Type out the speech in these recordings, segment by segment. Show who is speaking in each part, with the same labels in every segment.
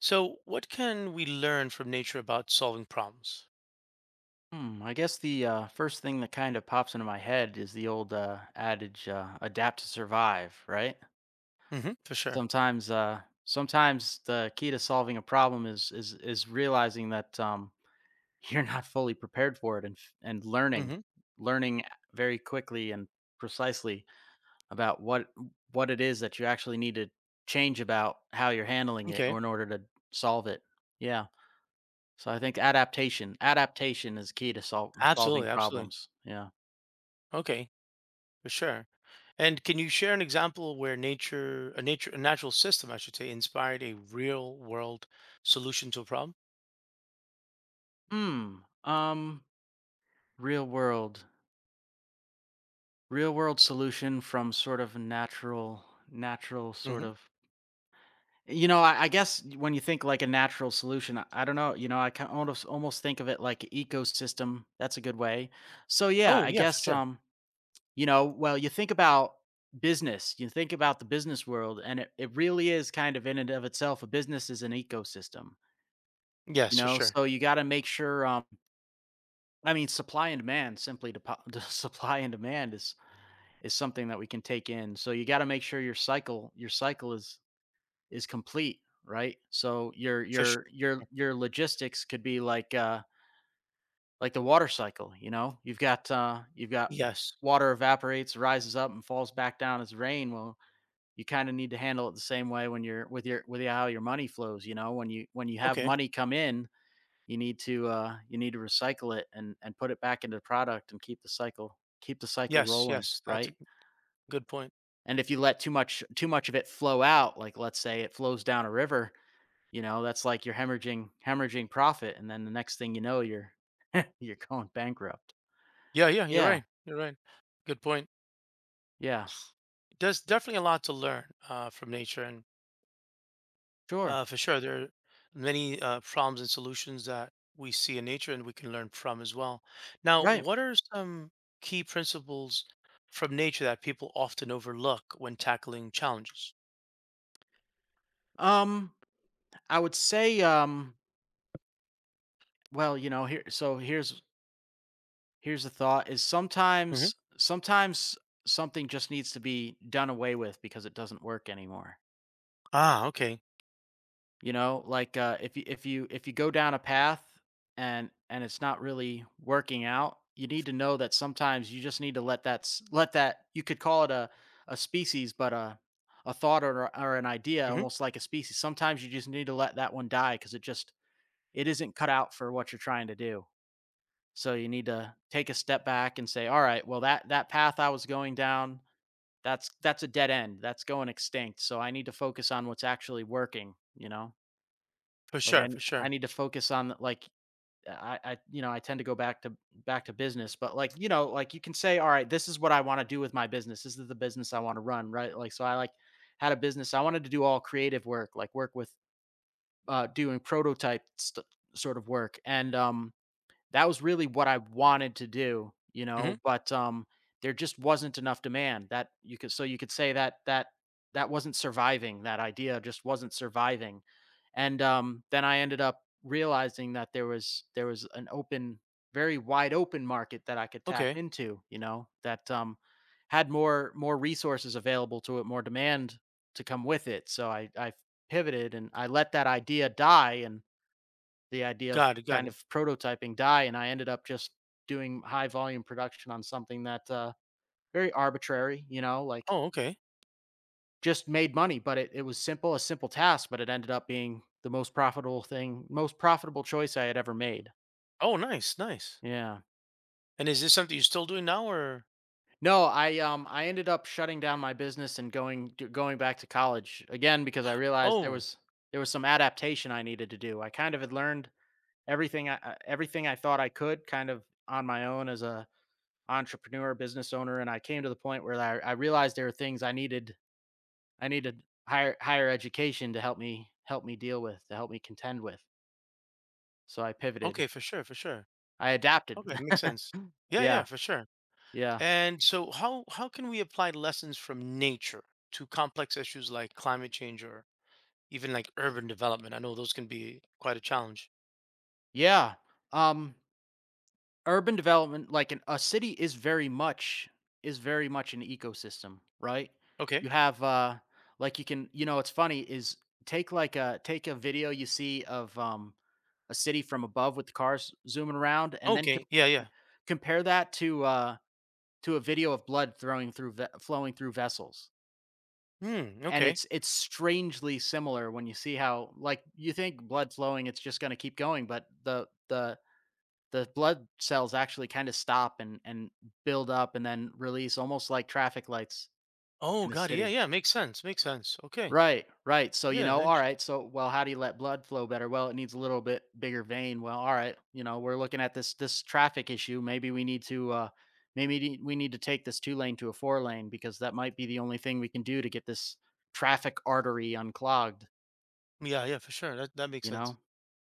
Speaker 1: So, what can we learn from nature about solving problems?
Speaker 2: I guess the first thing that kind of pops into my head is the old adage, adapt to survive, right?
Speaker 1: Hmm, for sure.
Speaker 2: Sometimes the key to solving a problem is realizing that you're not fully prepared for it and learning,
Speaker 1: Hmm.
Speaker 2: learning very quickly and precisely about what it is that you actually need to change about how you're handling it
Speaker 1: Okay.
Speaker 2: or in order to solve it. Yeah. So I think adaptation, adaptation is key to solving
Speaker 1: Absolutely. Absolutely.
Speaker 2: problems. Yeah.
Speaker 1: Okay. For sure. And can you share an example where a natural system, I should say, inspired a real world solution to a problem?
Speaker 2: Hmm. Um. Real world. Real world solution from sort of natural, natural sort
Speaker 1: Hmm.
Speaker 2: of. You know, I guess when you think like a natural solution, I don't know. You know, I kind almost think of it like a ecosystem. That's a good way. So yeah,
Speaker 1: Oh,
Speaker 2: I
Speaker 1: yeah, for
Speaker 2: guess.
Speaker 1: sure.
Speaker 2: You know, well, you think about business. You think about the business world, and it really is kind of in and of itself. A business is an ecosystem. You
Speaker 1: Yes, for
Speaker 2: know,
Speaker 1: sure.
Speaker 2: so you got to make sure. I mean, supply and demand. Simply, to, supply and demand is something that we can take in. So you got to make sure your cycle is complete, right? So your
Speaker 1: For sure.
Speaker 2: your your your logistics could be like the water cycle, you know? You've got
Speaker 1: Yes.
Speaker 2: water evaporates, rises up and falls back down as rain. Well, you kind of need to handle it the same way when you're with your with how your money flows, you know? When you have
Speaker 1: Okay.
Speaker 2: money come in, you need to recycle it and put it back into the product and keep the cycle
Speaker 1: Yes.
Speaker 2: rolling, right?
Speaker 1: Good point.
Speaker 2: And if you let too much of it flow out, like let's say it flows down a river, you know, that's like you're hemorrhaging profit, and then the next thing you know, you're you're going bankrupt.
Speaker 1: Yeah. Yeah. You're
Speaker 2: Yeah,
Speaker 1: right. You're right. Good point.
Speaker 2: yeah,
Speaker 1: There's definitely a lot to learn from nature, and
Speaker 2: sure,
Speaker 1: For sure, there are many problems and solutions that we see in nature and we can learn from as well. Now,
Speaker 2: right.
Speaker 1: what are some key principles from nature that people often overlook when tackling challenges?
Speaker 2: Um, I would say, well, you know, here, so here's the thought: is
Speaker 1: Hmm.
Speaker 2: sometimes something just needs to be done away with because it doesn't work anymore.
Speaker 1: Ah, okay.
Speaker 2: You know, like, if you if you go down a path and it's not really working out, you need to know that sometimes you just need to let that you could call it a species, but a thought or an idea
Speaker 1: Hmm.
Speaker 2: almost like a species. Sometimes you just need to let that one die because it just it isn't cut out for what you're trying to do. So you need to take a step back and say, "Alright, well, that path I was going down, that's a dead end. That's going extinct. So I need to focus on what's actually working," you know?
Speaker 1: For
Speaker 2: Like
Speaker 1: sure,
Speaker 2: I,
Speaker 1: for
Speaker 2: I
Speaker 1: sure.
Speaker 2: need to focus on, like, I you know, I tend to go back to back to business, but, like, you know, like, you can say, "All right, this is what I wanna do with my business. This is the business I wanna run," right? Like, so I, like, had a business. I wanted to do all creative work, like, work with, doing prototype st sort of work, and, that was really what I wanted to do, you
Speaker 1: Hmm.
Speaker 2: know, but, there just wasn't enough demand that you could so you could say that that wasn't surviving, that idea just wasn't surviving, and, then I ended up realizing that there was an open very wide open market that I could tap
Speaker 1: Okay,
Speaker 2: into, you know, that, had more resources available to it, more demand to come with it, so I pivoted and I let that idea die and the idea of
Speaker 1: got it, got
Speaker 2: kind
Speaker 1: it.
Speaker 2: of prototyping die, and I ended up just doing high volume production on something that very arbitrary, you know, like
Speaker 1: Oh, okay.
Speaker 2: just made money, but it was simple, a simple task, but it ended up being the most profitable thing, most profitable choice I had ever made.
Speaker 1: Oh, nice, nice.
Speaker 2: Yeah.
Speaker 1: And is this something you're still doing now, or?
Speaker 2: No, I ended up shutting down my business and going back to college again because I realized there
Speaker 1: Oh,
Speaker 2: was there was some adaptation I needed to do. I kind of had learned everything everything I thought I could kind of on my own as a entrepreneur, business owner, and I came to the point where I realized there were things I needed. I needed higher education to help me deal with, to help me contend with. So I pivoted.
Speaker 1: okay, for sure, for sure.
Speaker 2: I adapted.
Speaker 1: Okay, makes sense. Yeah, yeah,
Speaker 2: yeah,
Speaker 1: for sure.
Speaker 2: yeah,
Speaker 1: And so how can we apply lessons from nature to complex issues like climate change or even like urban development? I know those can be quite a challenge.
Speaker 2: yeah. Um, urban development, like an, a city, is very much an ecosystem, right? You
Speaker 1: Okay.
Speaker 2: have like you can, you know, it's funny is take like a take a video you see of a city from above with the cars zooming around and then
Speaker 1: Okay. Yeah, yeah.
Speaker 2: Compare that to a video of blood throwing through ve flowing through vessels,
Speaker 1: Hmm,
Speaker 2: and
Speaker 1: okay.
Speaker 2: it's strangely similar when you see how like, you think blood flowing, it's just gonna keep going, but the blood cells actually kinda stop and build up and then release almost like traffic lights
Speaker 1: Oh
Speaker 2: in the
Speaker 1: God, yeah,
Speaker 2: city.
Speaker 1: yeah, makes sense. Makes sense. Okay.
Speaker 2: Right, right. So, you
Speaker 1: Yeah,
Speaker 2: know, all
Speaker 1: int-
Speaker 2: right. So, well, how do you let blood flow better? Well, it needs a little bit bigger vein. Well, all right. You know, we're looking at this traffic issue. Maybe we need to we need to take this two lane to a four-lane because that might be the only thing we can do to get this traffic artery unclogged,
Speaker 1: yeah, yeah, for sure. That that makes
Speaker 2: you
Speaker 1: sense.
Speaker 2: know?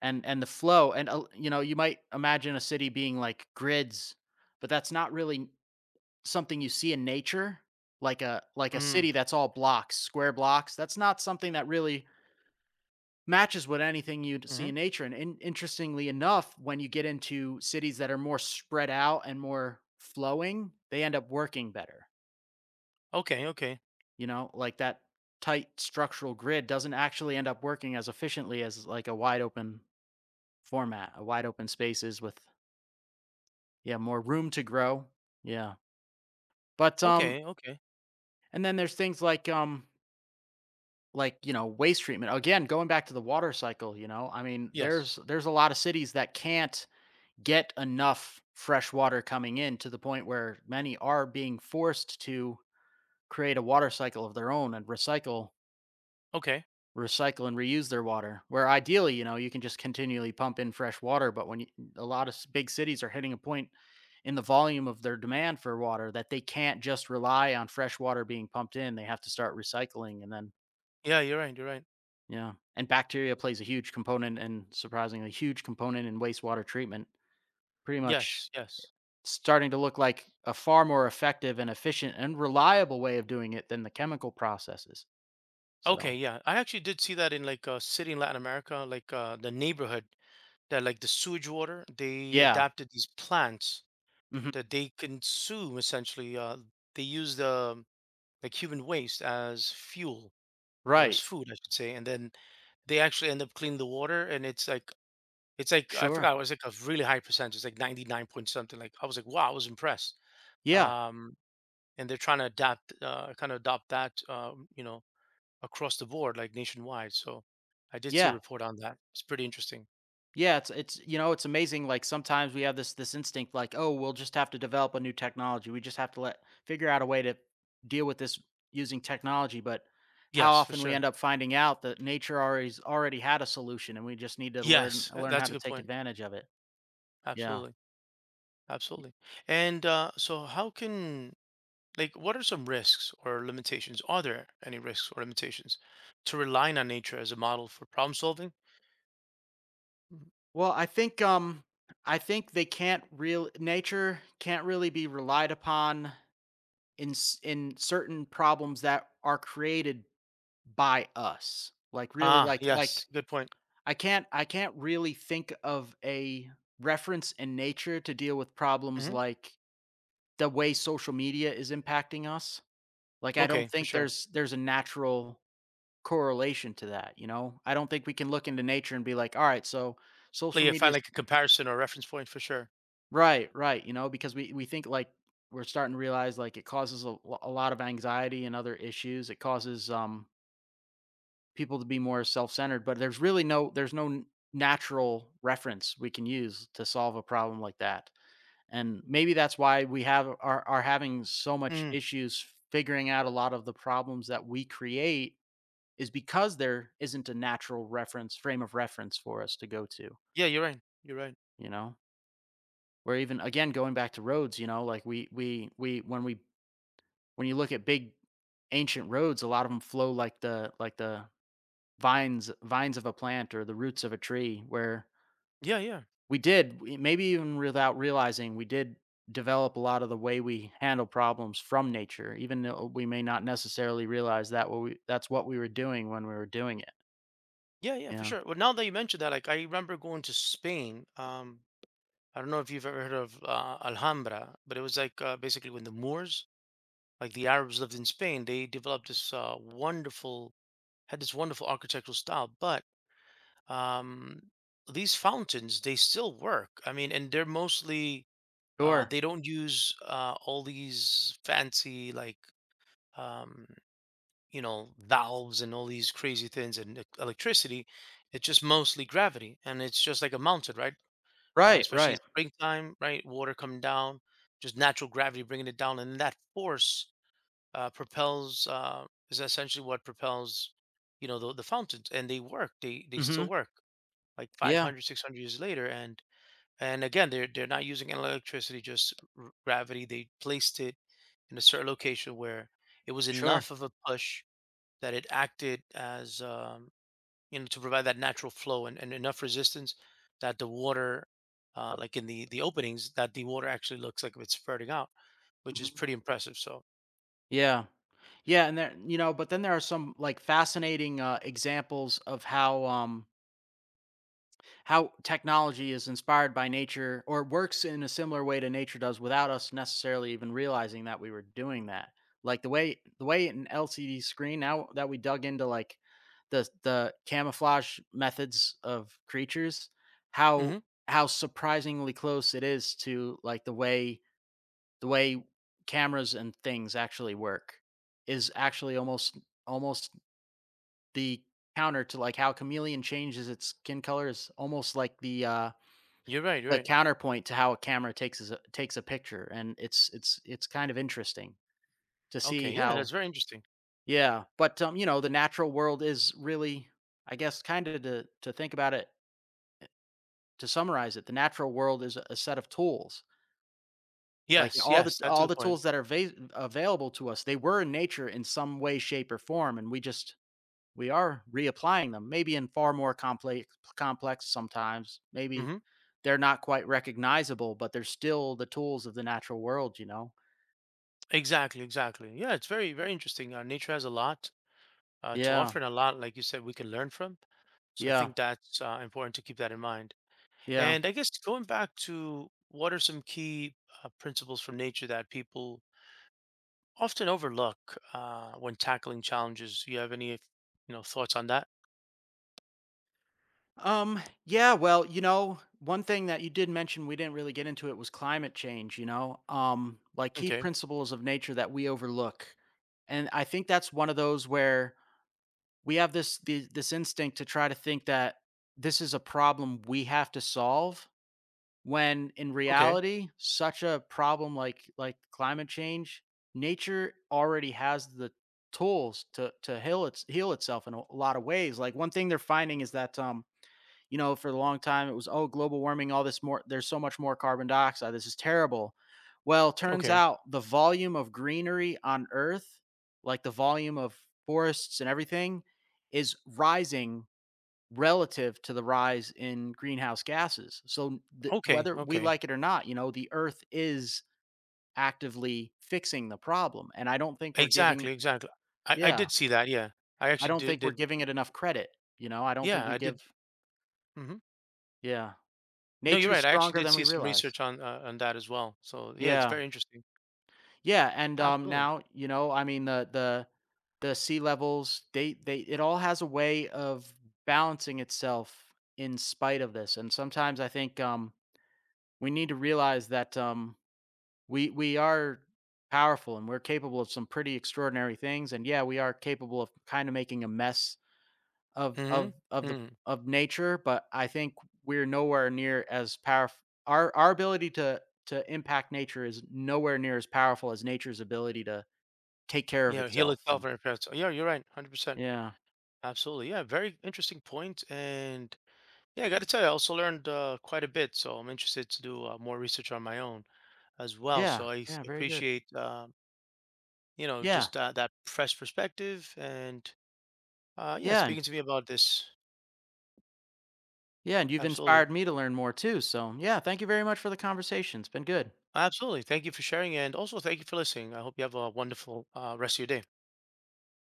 Speaker 2: And the flow and you know, you might imagine a city being like grids, but that's not really something you see in nature. Like a
Speaker 1: Mm,
Speaker 2: city that's all blocks, square blocks. That's not something that really matches with anything you'd
Speaker 1: hmm,
Speaker 2: see
Speaker 1: mm-hmm.
Speaker 2: in nature. Interestingly enough, when you get into cities that are more spread out and more flowing, they end up working better.
Speaker 1: Okay, okay.
Speaker 2: You know, like that tight structural grid doesn't actually end up working as efficiently as like a wide open format, a wide open spaces with yeah, more room to grow. Yeah. But
Speaker 1: Okay, okay.
Speaker 2: and then there's things like you know waste treatment again going back to the water cycle you know I mean
Speaker 1: Yes.
Speaker 2: there's a lot of cities that can't get enough fresh water coming in to the point where many are being forced to create a water cycle of their own and recycle
Speaker 1: Okay.
Speaker 2: recycle and reuse their water where ideally you know you can just continually pump in fresh water but when you, a lot of big cities are hitting a point in the volume of their demand for water that they can't just rely on fresh water being pumped in they have to start recycling and then
Speaker 1: Yeah, you're right, you're right.
Speaker 2: yeah and bacteria plays a huge component and surprisingly huge component in wastewater treatment pretty much
Speaker 1: Yes, yes.
Speaker 2: starting to look like a far more effective and efficient and reliable way of doing it than the chemical processes.
Speaker 1: Okay,
Speaker 2: So,
Speaker 1: yeah. I actually did see that in like a city in Latin America, like the neighborhood that like the sewage water, they
Speaker 2: yeah.
Speaker 1: adapted these plants
Speaker 2: Mhm.
Speaker 1: that they consume essentially. They use the like human waste as fuel or as
Speaker 2: Right.
Speaker 1: food, I should say, and then they actually end up cleaning the water. And it's like I
Speaker 2: Sure.
Speaker 1: forgot it was like a really high percentage, like ninety nine point something. Like I was like, wow, I was impressed.
Speaker 2: Yeah.
Speaker 1: Um, and they're trying to adapt, kind of adopt that, you know, across the board, like nationwide. So I did see a
Speaker 2: Yeah.
Speaker 1: report on that. It's pretty interesting.
Speaker 2: Yeah, it's you know, it's amazing like sometimes we have this instinct like, "Oh, we'll just have to develop a new technology. We just have to let figure out a way to deal with this using technology." But how
Speaker 1: Yes, for
Speaker 2: often we
Speaker 1: sure.
Speaker 2: end up finding out that nature already had a solution and we just need to learn
Speaker 1: Yes,
Speaker 2: learn how
Speaker 1: that's a
Speaker 2: to
Speaker 1: good
Speaker 2: take
Speaker 1: point.
Speaker 2: advantage of it. Yeah.
Speaker 1: Absolutely. Absolutely. And so, how can, like, what are some risks or limitations? Are there any risks or limitations to relying on nature as a model for problem solving? Mhm.
Speaker 2: Well, I think they can't real nature can't really be relied upon in certain problems that are created by us. Like, really,
Speaker 1: Ah,
Speaker 2: like,
Speaker 1: yes. Good point.
Speaker 2: I can't really think of a reference in nature to deal with problems
Speaker 1: Hmm.
Speaker 2: like the way social media is impacting us. Like, I don't
Speaker 1: Okay, for
Speaker 2: think
Speaker 1: sure.
Speaker 2: there's a natural correlation to that, you know? I don't think we can look into nature and be like, "Alright, so
Speaker 1: Like,
Speaker 2: social
Speaker 1: yeah,
Speaker 2: media
Speaker 1: find like a comparison or reference point for sure.
Speaker 2: Right, right, you know, because we think, like, we're starting to realize, like, it causes a lo a lot of anxiety and other issues. It causes, people to be more self-centered, but there's really no there's no n natural reference we can use to solve a problem like that, and maybe that's why we have are having so much
Speaker 1: Mhm.
Speaker 2: issues figuring out a lot of the problems that we create is because there isn't a natural reference frame of reference for us to go to,
Speaker 1: Yeah, you're right. You're right.
Speaker 2: you know? Or even, again, going back to roads, you know, like, we when we when you look at big ancient roads, a lot of them flow like the vines of a plant or the roots of a tree where
Speaker 1: Yeah, yeah.
Speaker 2: we maybe even without realizing, we did develop a lot of the way we handle problems from nature, even though we may not necessarily realize that what we that's what we were doing when we were doing it.
Speaker 1: Yeah, yeah, for
Speaker 2: Yeah.
Speaker 1: sure. Well, now that you mentioned that, like, I remember going to Spain. I don't know if you've ever heard of Alhambra, but it was like basically when the Moors like the Arabs lived in Spain, they developed this wonderful had this wonderful architectural style. But um, these fountains, they still work. I mean, and they're mostly
Speaker 2: Sure.
Speaker 1: they don't use all these fancy like um, you know, valves and all these crazy things and electricity. It's just mostly gravity, and it's just like a mountain, right?
Speaker 2: Right,
Speaker 1: Especially in
Speaker 2: right.
Speaker 1: springtime, right? Water coming down, just natural gravity bringing it down, and that force propels is essentially what propels you know the fountains, and they they
Speaker 2: Mhm.
Speaker 1: still work like
Speaker 2: Yeah.
Speaker 1: 500 600 years later, and again they're not using electricity, just gravity. They placed it in a certain location where it was
Speaker 2: Sure.
Speaker 1: enough of a push that it acted as, you know, to provide that natural flow and enough resistance that the water, like in the openings that the water actually looks like it's spurting out, which is
Speaker 2: Mhm.
Speaker 1: pretty impressive. So
Speaker 2: Yeah. Yeah, and there, you know, but then there are some, like, fascinating, examples of how technology is inspired by nature or works in a similar way to nature does without us necessarily even realizing that we were doing that, like the way an LCD screen, now that we dug into, like, the camouflage methods of creatures, how
Speaker 1: mhm,
Speaker 2: how surprisingly close it is to, like, the way cameras and things actually work is actually almost the counter to, like, how chameleon changes its skin color is almost like the
Speaker 1: you're right, you're
Speaker 2: the
Speaker 1: right.
Speaker 2: counterpoint to how a camera takes a picture, and it's kind of interesting to see
Speaker 1: Okay, yeah, that's
Speaker 2: how.
Speaker 1: very interesting.
Speaker 2: Yeah, but, you know, the natural world is really, I guess, kinda, to think about it, to summarize it, the natural world is a set of tools. Like,
Speaker 1: Yes,
Speaker 2: all the
Speaker 1: yes, that's a
Speaker 2: all
Speaker 1: good
Speaker 2: the
Speaker 1: point.
Speaker 2: tools that are available to us, they were in nature in some way, shape, or form, and we just we are reapplying them, maybe in far more complex sometimes. Maybe
Speaker 1: Hmm.
Speaker 2: they're not quite recognizable, but they're still the tools of the natural world, you know?
Speaker 1: Exactly, exactly. Yeah, it's very, very interesting. Nature has a lot to
Speaker 2: Yeah.
Speaker 1: offer, and a lot, like you said, we can learn from. So I
Speaker 2: Yeah.
Speaker 1: think that's important to keep that in mind.
Speaker 2: Yeah.
Speaker 1: And I guess going back to what are some key principles from nature that people often overlook when tackling challenges? Do you have any, you know, thoughts on that?
Speaker 2: Yeah, well, you know, one thing that you did mention, we didn't really get into it, was climate change, you know? Like key
Speaker 1: Okay,
Speaker 2: principles of nature that we overlook. And I think that's one of those where we have this instinct to try to think that this is a problem we have to solve. When in
Speaker 1: okay,
Speaker 2: reality, such a problem like climate change, nature already has the tools to heal its heal itself in a lot of ways. Like, one thing they're finding is that you know, for a long time it was, oh, global warming, all this, more there's so much more carbon dioxide. This is terrible. Well, turns
Speaker 1: okay,
Speaker 2: out the volume of greenery on Earth, like the volume of forests and everything, is rising relative to the rise in greenhouse gases. So
Speaker 1: okay,
Speaker 2: whether we
Speaker 1: okay.
Speaker 2: like it or not, you know, the earth is actively fixing the problem, and I don't think we're giving,
Speaker 1: Exactly, exactly. I
Speaker 2: yeah,
Speaker 1: did see that. Yeah, I
Speaker 2: I
Speaker 1: actually
Speaker 2: don't
Speaker 1: did.
Speaker 2: think we're
Speaker 1: Did
Speaker 2: giving it enough credit, you know? I don't think
Speaker 1: yeah,
Speaker 2: we
Speaker 1: I
Speaker 2: give,
Speaker 1: did. Mhm.
Speaker 2: yeah.
Speaker 1: No, you're
Speaker 2: Nature's
Speaker 1: right. I actually
Speaker 2: stronger
Speaker 1: did
Speaker 2: than we
Speaker 1: see some
Speaker 2: realize.
Speaker 1: research on that as well. So yeah, it's
Speaker 2: Yeah.
Speaker 1: very interesting.
Speaker 2: Yeah, and
Speaker 1: Absolutely.
Speaker 2: now, you know, I mean the sea levels, they it all has a way of balancing itself in spite of this. And sometimes I think we need to realize that we are powerful and we're capable of some pretty extraordinary things, and yeah, we are capable of kind of making a mess of
Speaker 1: Hmm.
Speaker 2: the
Speaker 1: Hmm.
Speaker 2: of nature, but I think we're nowhere near as powerful, our ability to impact nature is nowhere near as powerful as nature's ability to take care of
Speaker 1: Yeah, heal
Speaker 2: itself.
Speaker 1: itself
Speaker 2: And
Speaker 1: and repair itself. Yeah, you're right. 100%.
Speaker 2: yeah,
Speaker 1: Absolutely. Yeah, very interesting point. And yeah, I got to tell you, I also learned quite a bit. So I'm interested to do more research on my own as well.
Speaker 2: yeah,
Speaker 1: So
Speaker 2: yeah, very good,
Speaker 1: appreciate, you know,
Speaker 2: yeah,
Speaker 1: just that fresh perspective and yeah,
Speaker 2: yeah, and
Speaker 1: speaking to me about this.
Speaker 2: yeah, and you've inspired
Speaker 1: Absolutely.
Speaker 2: me to learn more too, so yeah, thank you very much for the conversation, it's been good.
Speaker 1: Absolutely. Thank you for sharing. And also thank you for listening. I hope you have a wonderful rest of your day.